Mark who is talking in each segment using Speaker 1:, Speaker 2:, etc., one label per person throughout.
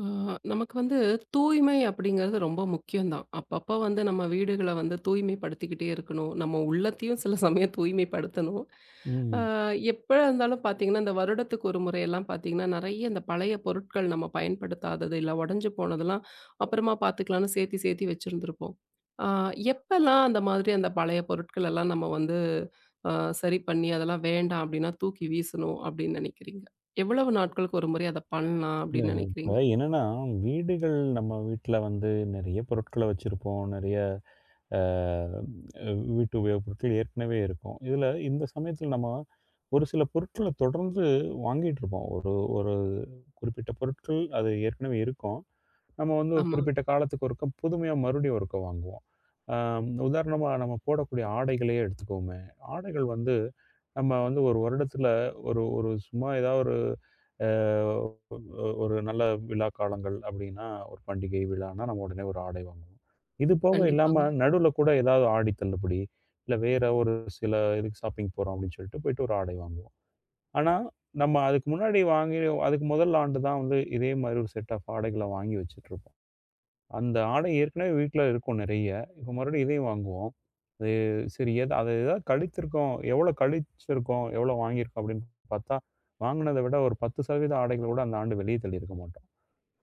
Speaker 1: ஆ, நமக்கு வந்து தூய்மை அப்படிங்கிறது ரொம்ப முக்கியம்தான். அப்பப்போ வந்து நம்ம வீடுகள வந்து தூய்மைப்படுத்திக்கிட்டே இருக்கணும். நம்ம உள்ளத்தையும் சில சமயம் தூய்மைப்படுத்தணும். ஆ,
Speaker 2: ம்.
Speaker 1: எப்ப இருந்தாலும் பார்த்தீங்கன்னா, இந்த வருடத்துக்கு ஒரு முறையெல்லாம் பார்த்தீங்கன்னா, நெறைய இந்த பழைய பொருட்கள் நம்ம பயன்படுத்தாதது, இல்ல உடைஞ்சு போனதெல்லாம் அப்புறமா பார்த்துக்கலாம்னு சேர்த்தி சேர்த்தி வச்சிருந்திருப்போம். ஆ, எப்பலாம் அந்த மாதிரி அந்த பழைய பொருட்கள் எல்லாம் நம்ம வந்து ஆ, சரி பண்ணி அதெல்லாம் வேண்டாம் அப்படின்னா தூக்கி வீசணும் அப்படின்னு நினைக்கிறீங்க? எவ்வளவு நாட்களுக்கு ஒரு முறை அத பண்ணலாம்
Speaker 2: இல்ல,
Speaker 1: அப்படின்னு
Speaker 2: இப்ப
Speaker 1: நினைக்கிறீங்க?
Speaker 2: என்னன்னா, வீடுகள் நம்ம வீட்ல வந்து நெறைய பொருட்கள வச்சிருப்போம். நெறைய அ வீட்டு உபயோகப் பொருட்கள் ஏற்கனவே இருக்கும். இதுல இந்த சமயத்துல நம்ம ஒரு சில பொருட்கள தொடர்ந்து வாங்கிட்டுருப்போம். ஒரு ஒரு குறிப்பிட்ட பொருட்கள் அது ஏற்கனவே இருக்கும். நம்ம வந்து ஒரு
Speaker 1: ஆமா.
Speaker 2: குறிப்பிட்ட காலத்துக்கு ஒருக்கா புதுமையா மறுபடியும் ஒருக்கா வாங்குவோம். அ உதாரணமா நம்ம போடக்கூடிய ஆடைகளையே எடுத்துக்குவோமே. ஆடைகள் வந்து நம்ம வந்து ஒரு வருடத்துல ஒரு ஒரு சும்மா ஏதாவது ஒரு அ ஒரு நல்ல விழா காலங்கள் அப்படின்னா, ஒரு பண்டிகை விழான்னா நம்ம உடனே ஒரு ஆடை வாங்குவோம். இது போக
Speaker 1: கண்டிப்பாங்க.
Speaker 2: இல்லாம நடுவில் கூட ஏதாவது ஆடி தள்ளுபடி, இல்ல வேற ஒரு சில இதுக்கு ஷாப்பிங் போறோம் அப்படின்னு சொல்லிட்டு போயிட்டு ஒரு ஆடை வாங்குவோம். ஆனா, நம்ம அதுக்கு முன்னாடி வாங்கி அதுக்கு முதல் ஆண்டு தான் வந்து இதே மாதிரி ஒரு செட் ஆஃப் ஆடைகள வாங்கி வச்சுட்டுருப்போம். அந்த ஆடை ஏற்கனவே வீட்ல இருக்கும் நெறைய. இப்போ மறுபடியும் இதையும் வாங்குவோம். அது சரி, எது அத ஏதாவது கழித்திருக்கோம், எவ்வளோ கழிச்சிருக்கோம், எவ்வளோ வாங்கியிருக்கோம் அப்படின்னு பார்த்தா, வாங்குனத விட ஒரு 10% ஆடைகள கூட அந்த ஆண்டு வெளியே தள்ளியிருக்க மாட்டோம்.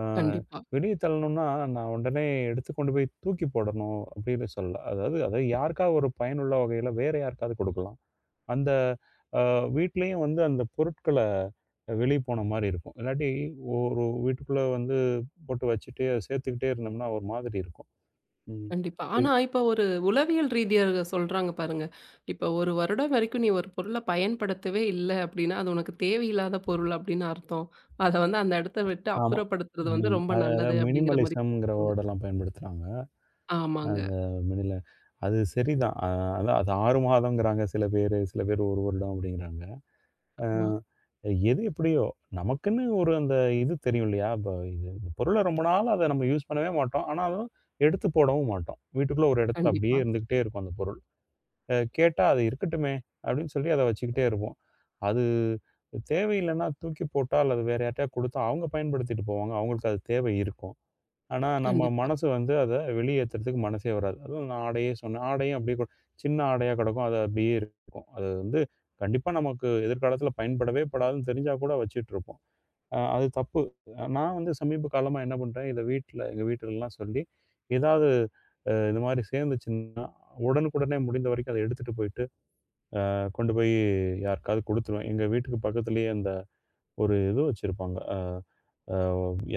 Speaker 2: ஆ
Speaker 1: கண்டிப்பா,
Speaker 2: வெளிய தள்ளணும்னா, நான் உடனே எடுத்து கொண்டு போய் தூக்கி போடணும் அப்படின்னு சொல்லல. அதாவது அதாவது யாருக்காவது ஒரு பயனுள்ள வகையில வேற யாருக்காவது கொடுக்கலாம். அந்த அ வீட்லயும் வந்து அந்த பொருட்கள வெளிய போன மாரி இருக்கும். இல்லாட்டி ஒரு வீட்டுக்குள்ள வந்து போட்டு வச்சுட்டு, அத சேர்த்துக்கிட்டே இருந்தோம்னா ஒரு மாதிரி இருக்கும். ம்.
Speaker 1: கண்டிப்பா. ஆனா,
Speaker 2: இல்
Speaker 1: இப்ப ஒரு உளவியல் ரீதியா சொல்றாங்க பாருங்க. இப்ப 1 வருடம் வரைக்கும் நீ ஒரு பொருள பயன்படுத்தவே இல்ல அப்படின்னா, அது உனக்கு தேவையில்லாத பொருள் அப்படின்னு அர்த்தம். அத வந்து அந்த இடத்த விட்டு
Speaker 2: ஆமா.
Speaker 1: அப்புறப்படுத்துறது வந்து
Speaker 2: ம்.
Speaker 1: ரொம்ப
Speaker 2: அத
Speaker 1: நல்லது
Speaker 2: அதான்
Speaker 1: அப்படிங்கிற மாரி
Speaker 2: மினிமலிசம்ங்கிற
Speaker 1: சொல்றாங்க.
Speaker 2: வேர்டெல்லாம் பயன்படுத்துறாங்க.
Speaker 1: ஆமாங்க.
Speaker 2: அந்த மினில அது சரிதான். அதான் அது 6 மாதம்ங்கிறாங்க சில பேரு, சில பேர் 1 வருடம் அப்படிங்கிறாங்க.
Speaker 1: ஆமா.
Speaker 2: எது எப்படியோ, நமக்குன்னு ஒரு அந்த இது தெரியும் இல்லையா? இப்ப இது இந்த பொருள ரொம்ப நாளா அத நம்ம யூஸ் பண்ணவே மாட்டோம். ஆனாலும் எடுத்து போடவும் மாட்டோம். வீட்டுக்குள்ள ஒரு இடத்துல அப்படியே
Speaker 1: கண்டிப்பா,
Speaker 2: இருந்துகிட்டே இருக்கும் அந்த பொருள். கேட்டா அது இருக்கட்டுமே அப்படின்னு சொல்லி அத வச்சுக்கிட்டே இருப்போம். அது தேவையில்லைன்னா தூக்கி போட்டா அல்லது வேற யார்ட்டயா குடுத்தா அவங்க பயன்படுத்திட்டு போவாங்க. அவங்களுக்கு அது தேவை இருக்கும். ஆனா, நம்ம
Speaker 1: கண்டிப்பா.
Speaker 2: மனசு வந்து அத வெளியேத்துறதுக்கு மனசே வராது. அதுவும் நான் ஆடையே சொன்னேன். ஆடையும் அப்படியே சின்ன ஆடையா கிடக்கும். அது அப்படியே இருக்கும். அது வந்து கண்டிப்பா நமக்கு எதிர்காலத்தில பயன்படவே படாதுன்னு தெரிஞ்சா கூட வச்சுட்டுருப்போம். அது தப்பு. நான் வந்து சமீப காலமா என்ன பண்றேன், இத வீட்ல எங்க வீட்டுலலாம் சொல்லி, ஏதாவது இந்த மாரி சேர்ந்துச்சுன்னா, உடனுக்குடனே முடிந்த வரைக்கும் அத எடுத்துட்டு போயிட்டு, கொண்டு போய் யாருக்காவது குடுத்துருவேன். எங்க வீட்டுக்கு பக்கத்திலேயே அந்த ஒரு இது வச்சிருப்பாங்க. அ அ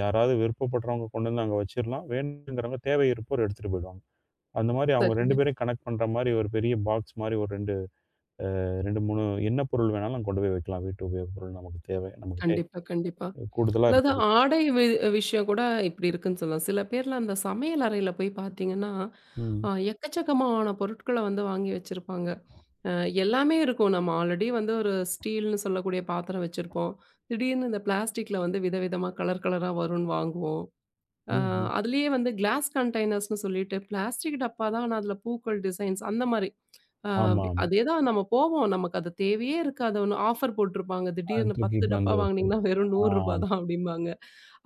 Speaker 2: யாராவது விருப்பப்படுறவங்க கொண்டு வந்து அங்க வச்சிரலாம். வேணுங்கிறவங்க தேவை இருப்போர் எடுத்துட்டு போயிடுவாங்க. அந்த மாரி அவங்க 2
Speaker 1: சரிங்க.
Speaker 2: பேரையும் கனெக்ட் பண்ற மாரி ஒரு பெரிய பாக்ஸ் மாரி ஒரு 2, 2, 3 என்ன பொருள் வேணாலும் கொண்டு போய் வைக்கலாம். வீட்டு உபயோகப் பொருள் நமக்கு தேவை. நம்மகிட்ட
Speaker 1: கண்டிப்பா, கண்டிப்பா.
Speaker 2: கூடுதலா
Speaker 1: அதாவது
Speaker 2: இருக்குது.
Speaker 1: ஆடை விஷயம் கூட இப்படி இருக்குன்னு சொல்லலாம். சில பேர்லாம் அந்த சமையல் அறையில போய் பார்த்தீங்கன்னா,
Speaker 2: ம்.
Speaker 1: எக்கச்சக்கமான பொருட்கள வந்து வாங்கி வச்சிருப்பாங்க. அ எல்லாமே இருக்கும். நம்ம ஆல்ரெடி வந்து ஒரு ஸ்டீல்ன்னு சொல்லக்கூடிய பாத்திரம் வச்சிருப்போம். திடீர்னு இந்த பிளாஸ்டிக்ல வந்து விதவிதமா கலர் கலரா வரும்ன்னு வாங்குவோம். அ
Speaker 2: ம்ஹ்ம்.
Speaker 1: அதுலயே வந்து கிளாஸ் கண்டெய்னர்ஸ்ன்னு சொல்லிட்டு பிளாஸ்டிக் டப்பா தான், ஆனா அதுல பூக்கள் டிசைன்ஸ் அந்த மாரி. அ
Speaker 2: ஆமா, ஆமா.
Speaker 1: அதேதான் நம்ம போவோம். நமக்கு அது தேவையே இருக்காது. ஒண்ணு ஆஃபர் போட்டிருப்பாங்க.
Speaker 2: அது
Speaker 1: திடீர்னு
Speaker 2: தூக்கி
Speaker 1: 10
Speaker 2: இப்ப
Speaker 1: டப்பா
Speaker 2: வந்து
Speaker 1: வாங்குனீங்கன்னா
Speaker 2: வச்சிருக்கோம்.
Speaker 1: வெறும் ரூ. 100
Speaker 2: ஆமா.
Speaker 1: தான் அப்படிம்பாங்க.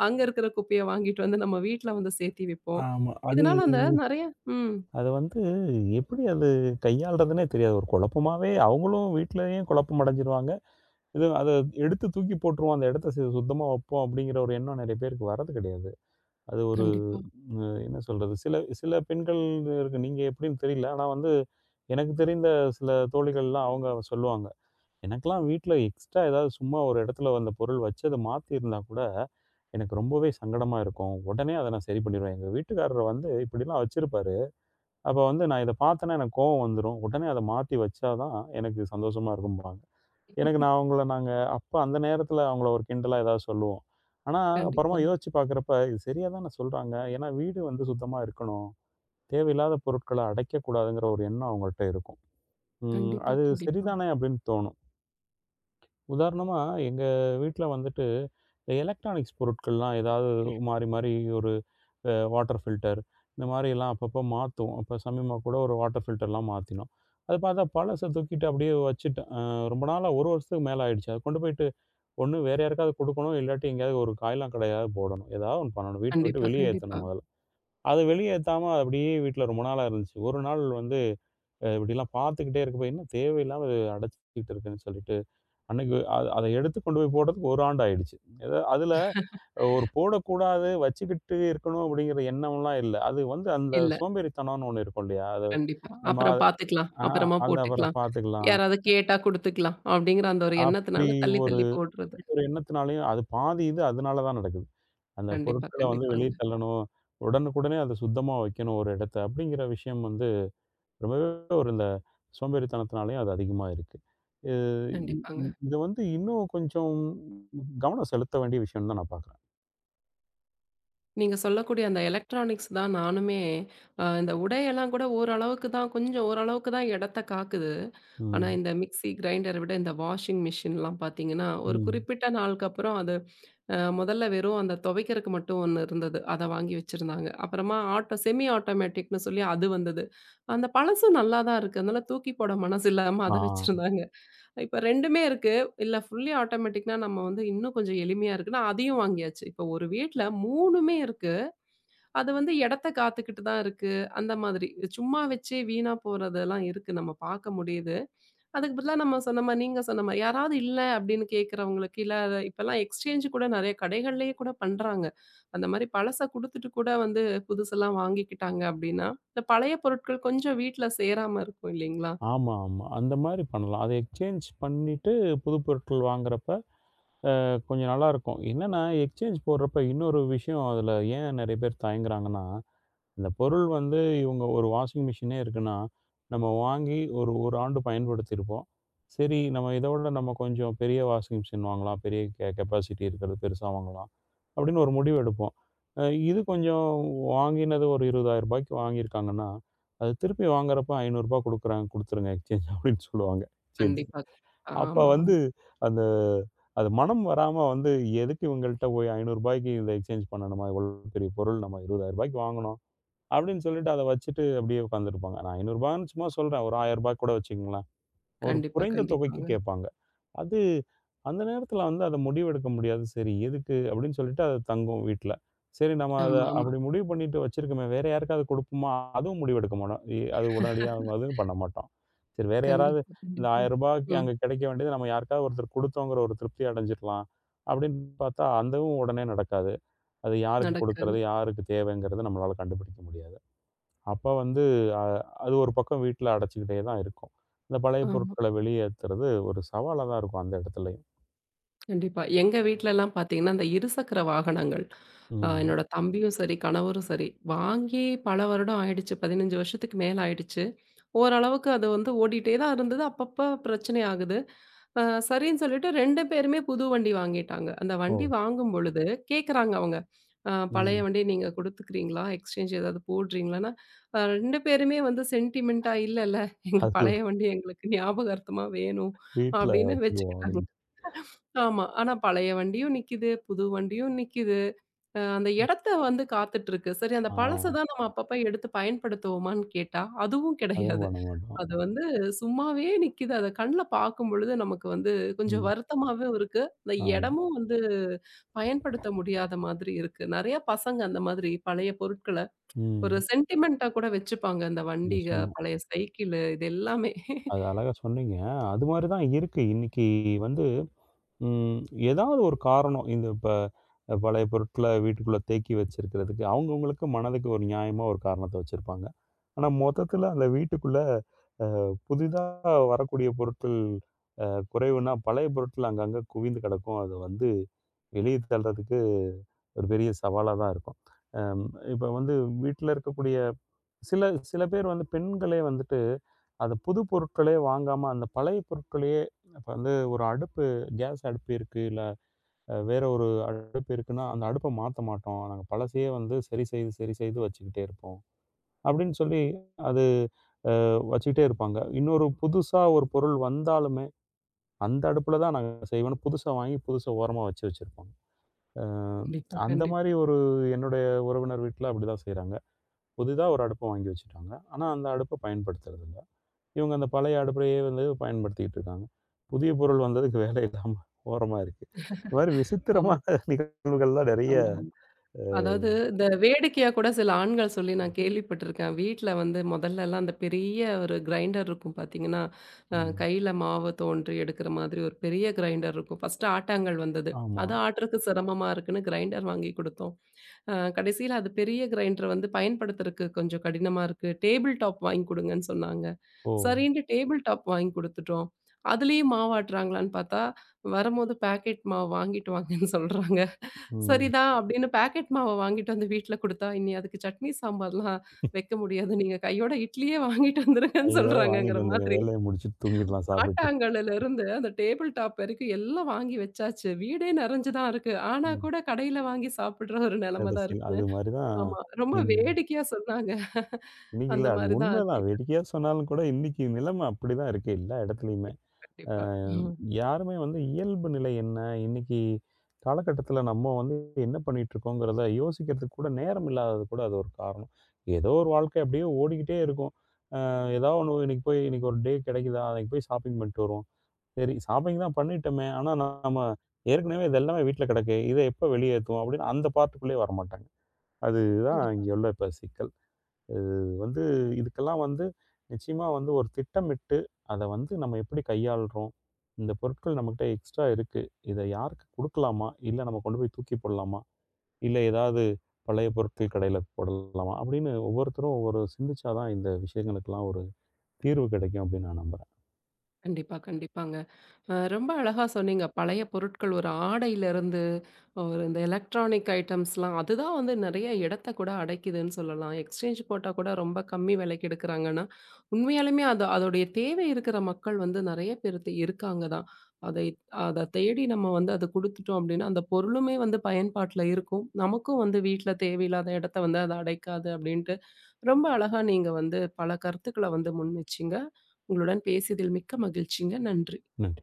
Speaker 1: அங்க இருக்கிற குப்பைய வாங்கிட்டு வந்து நம்ம வீட்ல வந்து சேர்த்தி வைப்போம்.
Speaker 2: ஆமா. அது
Speaker 1: இதனால அந்த நெறைய ம்.
Speaker 2: அத வந்து எப்படி அது கையாள்றதுன்னே தெரியாது. ஒரு குழப்பமாவே அவங்களும் வீட்லயும் குழப்பம் அடைஞ்சிருவாங்க. இது அத எடுத்து தூக்கி போட்டுருவோம். அந்த இடத்த சுத்தமா வைப்போம் அப்படிங்கிற ஒரு எண்ணம் நெறைய பேருக்கு வர்றது கிடையாது. அது ஒரு
Speaker 1: கண்டிப்பா,
Speaker 2: என்ன சொல்றது? சில சில பெண்கள் இருக்கு. நீங்க எப்படின்னு தெரியல. ஆனா வந்து எனக்கு தெரிந்த சில தோழிகள்லாம் அவங்க சொல்லுவாங்க. எனக்கெல்லாம் வீட்ல எக்ஸ்ட்ரா ஏதாவது சும்மா ஒரு இடத்துல அந்த பொருள் வச்சு அத மாத்தியிருந்தா கூட, எனக்கு ரொம்பவே சங்கடமா இருக்கும். உடனே அத நான் சரி பண்ணிருவேன். எங்க வீட்டுக்காரர் வந்து இப்படிலாம் வச்சிருப்பாரு. அப்ப வந்து நான் இத பார்த்தேன்னா எனக்கு கோவம் வந்துரும். உடனே அத மாத்தி வச்சா தான் எனக்கு சந்தோஷமா இருக்கும்பாங்க. எனக்கு நான் அவங்கள நாங்க அப்ப அந்த நேரத்துல அவங்கள ஒரு கிண்டலா ஏதாவது சொல்லுவோம். ஆனா, அப்புறமா
Speaker 1: கண்டிப்பா,
Speaker 2: யோசிச்சு பார்க்கிறப்ப, இது சரியா தான சொல்றாங்க. ஏன்னா, வீடு வந்து சுத்தமா இருக்கணும். தேவையில்லாத பொருட்கள அடைக்கக்கூடாதுங்கிற ஒரு எண்ணம் அவங்கள்ட்ட இருக்கும். ம்.
Speaker 1: கண்டிப்பா,
Speaker 2: அது
Speaker 1: கண்டிப்பா,
Speaker 2: சரிதானே அப்படின்னு தோணும். உதாரணமா எங்க வீட்ல வந்துட்டு இந்த எலக்ட்ரானிக்ஸ் பொருட்கள்லாம் ஏதாவது மாறி, மாறி ஒரு வாட்டர் ஃபில்டர் இந்த மாரியெல்லாம் அப்பப்போ மாத்துவோம். அப்ப சமீபமா கூட ஒரு வாட்டர் ஃபில்டர்லாம் மாத்தினோம். அது பார்த்தா பழச தூக்கிட்டு அப்படியே வச்சுட்டேன். ரொம்ப நாளா 1 வருஷத்துக்கு மேல ஆயிடுச்சு. அத கொண்டு போய் ஒண்ணு வேற யாருக்காவது குடுக்கணும். இல்லாட்டி எங்கேயாவது ஒரு காய்லாம் கடையாவது போடணும். ஏதாவது ஒண்ணு பண்ணணும். வீட்ட விட்டு
Speaker 1: கண்டிப்பா, கண்டிப்பா.
Speaker 2: வெளியேத்தணும் முதல்ல. அது வெளியேத்தாம அப்படியே வீட்ல ரொம்ப நாளா இருந்துச்சு. ஒரு நாள் வந்து இப்படிலாம் பார்த்துக்கிட்டே இருக்கப்ப, என்ன தேவையில்லாம இது அடைச்சுக்கிட்டு இருக்குன்னு சொல்லிட்டு, அன்னைக்கு அத அத எடுத்து கொண்டு போய் போடுறதுக்கு 1 ஆண்டு ஆயிடுச்சு. எதா அதுல ஒரு போடக்கூடாது, வச்சுக்கிட்டு இருக்கணும் அப்படிங்கிற எண்ணம்லாம் இல்ல. அது வந்து அந்த
Speaker 1: இல்ல.
Speaker 2: சோம்பேறித்தனம்னு ஒண்ணு இருக்கும் இல்லையா? அது
Speaker 1: கண்டிப்பா.
Speaker 2: நம்ம
Speaker 1: அப்புறம்
Speaker 2: அத
Speaker 1: பாத்துக்கலாம்.
Speaker 2: ஆ
Speaker 1: அப்புறமா
Speaker 2: அத அப்புறம்
Speaker 1: போட்டுக்கலாம்.
Speaker 2: பார்த்துக்கலாம்.
Speaker 1: யாராவது கேட்டா குடுத்துக்கலாம். அப்படிங்கிற அந்த ஒரு
Speaker 2: அப்படி
Speaker 1: எண்ணத்தினால தள்ளி
Speaker 2: ஒரு
Speaker 1: தள்ளி போடுறது.
Speaker 2: ஒரு எண்ணத்தினாலயும் அது பாதி இது அதனால தான் நடக்குது. அந்த
Speaker 1: கண்டிப்பா,
Speaker 2: பொருட்கள வந்து வெளிய
Speaker 1: கண்டிப்பாங்க.
Speaker 2: தள்ளணும். உடனுக்குடனே அத சுத்தமா வைக்கணும் ஒரு இடத்த. அப்படிங்கிற விஷயம் வந்து ரொம்பவே ஒரு இந்த சோம்பேறித்தனத்தினாலேயும் அது அதிகமா இருக்கு. இது இ
Speaker 1: கண்டிப்பாங்க.
Speaker 2: இ இது வந்து இன்னும் கொஞ்சம் கவனம் செலுத்த வேண்டிய விஷயம்னு தான் நான் பார்க்குறேன்.
Speaker 1: நீங்க சொல்லக்கூடிய அந்த எலக்ட்ரானிக்ஸ் தான் நானுமே. இந்த உடையெல்லாம் கூட ஓரளவுக்கு தான், கொஞ்சம் ஓரளவுக்கு தான் இடத்த காக்குது. ஆனா,
Speaker 2: ம்.
Speaker 1: இந்த மிக்ஸி, கிரைண்டர விட இந்த வாஷிங் மிஷின்லாம் பார்த்தீங்கன்னா, ஒரு
Speaker 2: ம்.
Speaker 1: குறிப்பிட்ட நாளுக்கு அப்புறம் அது முதல்ல வெறும் அந்த துவைக்கிறதுக்கு மட்டும் ஒண்ணு இருந்தது. அத வாங்கி வச்சிருந்தாங்க. அப்புறமா ஆட்டோ செமி ஆட்டோமேட்டிக்ன்னு சொல்லி அது வந்தது. அந்த பழசும் நல்லா தான் இருக்கு. அதனால தூக்கி போட மனசு இல்லாம அத
Speaker 2: ஆ.
Speaker 1: வச்சிருந்தாங்க. இப்ப 2மே இருக்கு. இல்ல ஃபுல்லி ஆட்டோமேட்டிக்னா நம்ம வந்து இன்னும் கொஞ்சம் எளிமையா இருக்குன்னா, அதையும் வாங்கியாச்சு. இப்ப ஒரு வீட்ல 3மே இருக்கு. அது வந்து இடத்த காத்துக்கிட்டு தான் இருக்கு. அந்த மாதிரி. சும்மா வச்சே வீணா போறதெல்லாம் இருக்கு. நம்ம பார்க்க முடியுது. அதுக்கு பதிலா நம்ம சொன்ன மாரி, நீங்க சொன்ன மாரி யாராவது இல்ல அப்படின்னு கேட்கிறவங்களுக்கு, இல்ல அத இப்பலாம் எக்ஸ்சேஞ்ச் கூட நெறைய கடைகள்லயே கூட பண்றாங்க. அந்த மாரி பழச குடுத்துட்டு கூட வந்து புதுசெல்லாம் வாங்கிக்கிட்டாங்க அப்படின்னா, இந்த பழைய பொருட்கள் கொஞ்சம் வீட்ல சேராம இருக்கும் இல்லைங்களா?
Speaker 2: ஆமா, ஆமா. அந்த மாரி பண்ணலாம். அத எக்ஸ்சேஞ்ச் பண்ணிட்டு புது பொருட்கள் வாங்குறப்ப கொஞ்சம் நல்லாருக்கும். என்னன்னா எக்ஸ்சேஞ்ச் போடுறப்ப இன்னொரு விஷயம் அதுல ஏன் நெறைய பேர் தயங்குறாங்கன்னா, அந்த பொருள் வந்து இவங்க ஒரு வாஷிங் மிஷினே இருக்குன்னா, நம்ம வாங்கி ஒரு 1 ஆண்டு பயன்படுத்தியிருப்போம். சரி, நம்ம இத விட நம்ம கொஞ்சம் பெரிய வாஷிங் மிஷின் வாங்கலாம். பெரிய கெப்பாசிட்டி இருக்கிறது பெருசா வாங்கலாம். அப்படின்னு ஒரு முடிவு எடுப்போம். அ இது கொஞ்சம் வாங்கினது ஒரு ரூ. 20,000க்கு வாங்கியிருக்காங்கன்னா, அது திருப்பி வாங்குறப்ப ரூ. 500 குடுக்குறாங்க, குடுத்துருங்க எக்ஸ்சேஞ்ச் அப்படின்னு சொல்லுவாங்க. சரி.
Speaker 1: கண்டிப்பா.
Speaker 2: அப்ப
Speaker 1: ஆமா,
Speaker 2: வந்து
Speaker 1: ஆமா.
Speaker 2: அந்த அது மனம் வராம வந்து, எதுக்கு இவங்கள்ட்ட போய் ரூ. 500க்கு இத எக்ஸ்சேஞ்ச் பண்ணணுமா? இவ்வளோ பெரிய பொருள் நம்ம ரூ. 20,000க்கு வாங்குனோம் அப்படின்னு சொல்லிட்டு அத வச்சுட்டு அப்படியே உட்காந்துருப்பாங்க. நான் ரூ. 500ன்னு சும்மா சொல்றேன். ஒரு ரூ. 1000 கூட வச்சுக்கங்களேன். ஒரு
Speaker 1: கண்டிப்பா,
Speaker 2: குறைந்த தொகைக்கு
Speaker 1: கண்டிப்பாங்க.
Speaker 2: கேட்பாங்க. அது அந்த நேரத்தில வந்து அத முடிவெடுக்க முடியாது. சரி எதுக்கு அப்படின்னு சொல்லிட்டு அது தங்கும் வீட்ல. சரி நம்ம அத
Speaker 1: ஆமா, ஆமா.
Speaker 2: அப்படி முடிவு பண்ணிட்டு வச்சிருக்கோமே, வேற யாருக்காவது கொடுப்போமா? அதுவும் முடிவெடுக்க மாட்டோம். அது உடனடியா அதுவும் பண்ண மாட்டோம். சரி வேற யாராவது
Speaker 1: கண்டிப்பா,
Speaker 2: இந்த
Speaker 1: கண்டிப்பா.
Speaker 2: ரூ. 1000க்கு
Speaker 1: ம்.
Speaker 2: அங்க கிடைக்க வேண்டியது நம்ம யாருக்காவது ஒருத்தருக்கு கொடுத்தோங்கிற ஒரு திருப்தி அடைஞ்சிரலாம். அப்படின்னு பார்த்தா, அதுவும் உடனே நடக்காது. அது யாருக்கு
Speaker 1: நடக்காது.
Speaker 2: கொடுக்கறது? யாருக்கு தேவைங்கிறது நம்மளால கண்டுபிடிக்க முடியாது. அப்ப வந்து அ அது ஒரு பக்கம் வீட்ல அடைச்சுக்கிட்டே தான் இருக்கும். இந்த பழைய
Speaker 1: ஆமா.
Speaker 2: பொருட்கள வெளியேத்துறது ஒரு சவாலா தான் இருக்கும் அந்த இடத்துலயும்.
Speaker 1: கண்டிப்பா. எங்க வீட்லலாம் பார்த்தீங்கன்னா, அந்த இருசக்கர வாகனங்கள்
Speaker 2: ம்.
Speaker 1: என்னோட தம்பியும் சரி, கணவரும் சரி, வாங்கி பல வருடம் ஆயிடுச்சு. 15 வருஷத்துக்கு மேல ஆயிடுச்சு. ஓரளவுக்கு அது வந்து ஓடிட்டே தான் இருந்தது. அப்பப்ப பிரச்சனை ஆகுது. அ சரின்னு சொல்லிட்டு 2 பேருமே புது வண்டி வாங்கிட்டாங்க. அந்த
Speaker 2: ஓ!
Speaker 1: வண்டி வாங்கும் பொழுது கேட்குறாங்க அவங்க. "பழைய
Speaker 2: ம்.
Speaker 1: வண்டிய நீங்க குடுத்துக்கிறீங்களா? எக்ஸ்சேஞ்ச் ஏதாவது போடுறீங்களான்னா?" 2 பேருமே வந்து சென்டிமென்ட்டா, "இல்ல, இல்ல, எங்க
Speaker 2: அது ஒரு
Speaker 1: பழைய வண்டி எங்களுக்கு ஞாபகார்த்தமா வேணும்"
Speaker 2: வீட்ல
Speaker 1: அப்படின்னு
Speaker 2: வச்சுக்குவோம்
Speaker 1: வச்சுக்கிட்டாங்க.
Speaker 2: அப்டின்ட்டு.
Speaker 1: ஆமா. ஆனா பழைய வண்டியும் நிக்குது, புது வண்டியும் நிக்குது. அந்த இடத்த வந்து காத்துட்ருக்கு. சரி அந்த
Speaker 2: ஆ
Speaker 1: பழச தான் நம்ம அப்பப்ப எடுத்து பயன்படுத்துவோமான்னு கேட்டா, அதுவும்
Speaker 2: அதுவும்
Speaker 1: கிடையாது.
Speaker 2: பண்ண மாட்டோம்.
Speaker 1: அது வந்து சும்மாவே நிக்குது. அத கண்ல பார்க்கும்பொழுது நமக்கு வந்து கொஞ்சம்
Speaker 2: ம்.
Speaker 1: வருத்தமாவும் இருக்கு. அந்த
Speaker 2: ஆமா.
Speaker 1: இடமும் வந்து பயன்படுத்த முடியாத மாதிரி இருக்கு. நெறைய பசங்க அந்த மாதிரி பழைய பொருட்கள ஒரு
Speaker 2: ம்.
Speaker 1: சென்டிமென்ட்டா கூட வச்சுப்பாங்க. அந்த வண்டிக,
Speaker 2: நிச்சயமா.
Speaker 1: பழைய சைக்கிளு, இது எல்லாமே.
Speaker 2: அது அழகா சொன்னீங்க. அது மாரி தான் இருக்கு. இன்னைக்கு வந்து ம். ஏதாவது ஒரு காரணம். இந்த இப்ப பழைய பொருட்கள வீட்டுக்குள்ள தேக்கி வச்சிருக்கிறதுக்கு, அவங்கவங்களுக்கு மனதுக்கு ஒரு நியாயமா ஒரு காரணத்த வச்சிருப்பாங்க. ஆனா, மொத்தத்தில அந்த வீட்டுக்குள்ள அ புதிதா வரக்கூடிய பொருட்கள் அ குறைவுனா, பழைய பொருட்கள் அங்கங்க குவிந்து கிடக்கும். அத வந்து வெளிய தள்றதுக்கு ஒரு பெரிய சவாலா தான் இருக்கும். அம் இப்ப வந்து வீட்ல இருக்கக்கூடிய சில சில பேர் வந்து பெண்களே வந்துட்டு, அந்த புது பொருட்களே வாங்காம, அந்த பழைய பொருட்களையே இப்ப வந்து ஒரு அடுப்பு கேஸ் அடுப்பு இருக்கு. வேற ஒரு அடுப்பு இருக்குன்னா, அந்த அடுப்ப மாத்த மாட்டோம். நாங்க பழசையே வந்து சரி செய்து, சரி செய்து வச்சுக்கிட்டே இருப்போம் அப்படின்னு சொல்லி அது அ வச்சுக்கிட்டே இருப்பாங்க. இன்னொரு புதுசா ஒரு பொருள் வந்தாலுமே, அந்த அடுப்புல தான் நாங்க செய்வோம்ன்னு புதுசா வாங்கி புதுசா ஓரமா வச்சு வச்சிருப்பாங்க. அ
Speaker 1: கண்டிப்பா,
Speaker 2: அந்த மாரி
Speaker 1: கண்டிப்பா.
Speaker 2: ஒரு என்னுடைய உறவினர் வீட்ல அப்படிதான் செய்றாங்க. புதிதா ஒரு அடுப்ப வாங்கி வச்சுட்டாங்க. ஆனா, அந்த அடுப்ப பயன்படுத்துறதில்ல. இவங்க அந்த பழைய அடுப்பையே வந்து பயன்படுத்திக்கிட்டு இருக்காங்க. புதிய பொருள் வந்ததுக்கு வேலை இல்லாம ஓரமா இருக்கு. இந்த மாரி
Speaker 1: ஆமா,
Speaker 2: விசித்திரமான நிகழ்வுகள்லாம் நெறைய
Speaker 1: ஆமா. ஆமா.
Speaker 2: அ,
Speaker 1: அதாவது, இந்த வேடிக்கையா கூட சில ஆண்கள் சொல்லி நான் கேள்விப்பட்டிருக்கேன். வீட்ல வந்து முதல்லலாம் அந்த பெரிய ஒரு கிரைண்டர் இருக்கும் பார்த்தீங்கன்னா,
Speaker 2: ம்.
Speaker 1: கையில மாவு தோன்றி எடுக்கிற மாதிரி ஒரு பெரிய கிரைண்டர் இருக்கும். ஃபர்ஸ்ட்டு ஆட்டாங்கல் வந்தது.
Speaker 2: ஆமா.
Speaker 1: அது ஆட்டுறக்கு சிரமமா இருக்குன்னு கிரைண்டர் வாங்கி குடுத்தோம். அ கடைசியில அது பெரிய கிரைண்டர் வந்து பயன்படுத்துறக்கு கொஞ்சம் கடினமா இருக்கு. டேபிள் டாப் வாங்கி குடுங்கன்னு சொன்னாங்க.
Speaker 2: ஓ!
Speaker 1: சரின்ட்டு டேபிள் டாப் வாங்கி குடுத்துட்டோம். அதுலயும் மாவாட்டுறாங்களான்னு பார்த்தா, வரும்போது பாக்கெட் மாவு வாங்கிட்டு வாங்கன்னு சொல்றாங்க.
Speaker 2: ம்.
Speaker 1: சரிதான் அப்படின்னு பாக்கெட் மாவ வாங்கிட்டு வந்து வீட்ல குடுத்தா, "இனி அதுக்கு சட்னி, சாம்பார்லாம் வைக்க முடியாது. நீங்க கையோட இட்லியே வாங்கிட்டு வந்துருங்கன்னு"
Speaker 2: கையோட வாங்கிட்டு
Speaker 1: சொல்றாங்கங்கிற
Speaker 2: வந்துருங்க.
Speaker 1: மாதிரி.
Speaker 2: வேலைய முடிச்சுட்டு தூங்கிடலாம் சாப்பிட்டு.
Speaker 1: ஆட்டாங்கல்லுல இருந்து அந்த டேபிள் டாப் வரைக்கும் எல்லாம் வாங்கி வச்சாச்சு. வீடே நெறஞ்சு தான் இருக்கு. ஆனா
Speaker 2: ம்.
Speaker 1: கூட கடையில வாங்கி சாப்பிடுற ஒரு நெலைமை தான்
Speaker 2: கடைசியில
Speaker 1: இருக்குன்னு.
Speaker 2: அது மாரி தான்.
Speaker 1: ஆமா. ரொம்ப
Speaker 2: இன்
Speaker 1: வேடிக்கையா சொன்னாங்க.
Speaker 2: இன்னைக்கு
Speaker 1: அந்த
Speaker 2: இல்ல. அது
Speaker 1: மாரி தான்
Speaker 2: உண்மைதான்.
Speaker 1: ஆச்சு.
Speaker 2: வேடிக்கையா சொன்னாலும் கூட இன்னைக்கு நிலைமை அப்படிதான் இருக்கு எல்லா இடத்துலயுமே. அ
Speaker 1: கண்டிப்பா. ம்.
Speaker 2: யாருமே வந்து இயல்பு நிலை என்ன? இன்னைக்கு காலகட்டத்தில நம்ம வந்து என்ன பண்ணிட்டுருக்கோங்கிறத யோசிக்கிறதுக்கு கூட நேரம் இல்லாதது கூட அது ஒரு காரணம். ஏதோ ஒரு வாழ்க்கை அப்படியே ஓடிக்கிட்டே இருக்கும். ஏதாவது ஒண்ணு இன்னைக்கு போய் இன்னைக்கு ஒரு டே கிடைக்குதா? அன்னைக்கு போய் ஷாப்பிங் பண்ணிட்டு வருவோம். சரி ஷாப்பிங் தான் பண்ணிட்டோமே! ஆனா நம்ம ஏற்கனவே இது எல்லாமே வீட்ல கிடக்கு. இத எப்ப வெளியேத்துவோம் அப்படின்னு அந்த பார்ட்டுக்குள்ளேயே வரமாட்டாங்க. அதுதான்
Speaker 1: கண்டிப்பா,
Speaker 2: இங்க உள்ள இப்ப சிக்கல். இது வந்து இதுக்கெல்லாம் வந்து நிச்சயமா வந்து ஒரு திட்டமிட்டு, அத வந்து நம்ம எப்படி கையாளுறோம்? இந்த பொருட்கள் நம்மகிட்ட எக்ஸ்ட்ரா இருக்கு. இத யாருக்கு குடுக்கலாமா? இல்ல நம்ம கொண்டு போய் தூக்கி போடலாமா? இல்ல ஏதாவது பழைய பொருட்கள் கடையில போடலாமா? அப்படின்னு ஒவ்வொருத்தரும் ஒவ்வொரு சிந்திச்சா தான் இந்த விஷயங்களுக்கெல்லாம் ஒரு தீர்வு கிடைக்கும் அப்படின்னு நான் நம்புறேன்.
Speaker 1: கண்டிப்பா, கண்டிப்பாங்க. ரொம்ப அழகா சொன்னீங்க. பழைய பொருட்கள் ஒரு ஆடையிலருந்து, ஒரு இந்த எலக்ட்ரானிக் ஐட்டம்ஸ்லாம் அதுதான் வந்து நெறைய இடத்த கூட அடைக்குதுன்னு சொல்லலாம். எக்ஸ்சேஞ்ச் போட்டா கூட ரொம்ப கம்மி விலைக்கு எடுக்குறாங்கன்னா, உண்மையாலுமே அது அதோடைய தேவை இருக்கிற மக்கள் வந்து நெறைய பேர் இருக்காங்க தான். அதை அத தேடி நம்ம வந்து அத குடுத்துட்டோம் அப்டின்னா, அந்த பொருளுமே வந்து பயன்பாட்ல இருக்கும். நமக்கும் வந்து வீட்ல தேவையில்லாத இடத்த வந்து அது அடைக்காது அப்டின்ட்டு, ரொம்ப அழகா நீங்க வந்து பல கருத்துக்கள வந்து முன்வச்சீங்க. உங்களுடன் பேசியதில் மிக்க மகிழ்ச்சிங்க. நன்றி.
Speaker 2: நன்றி.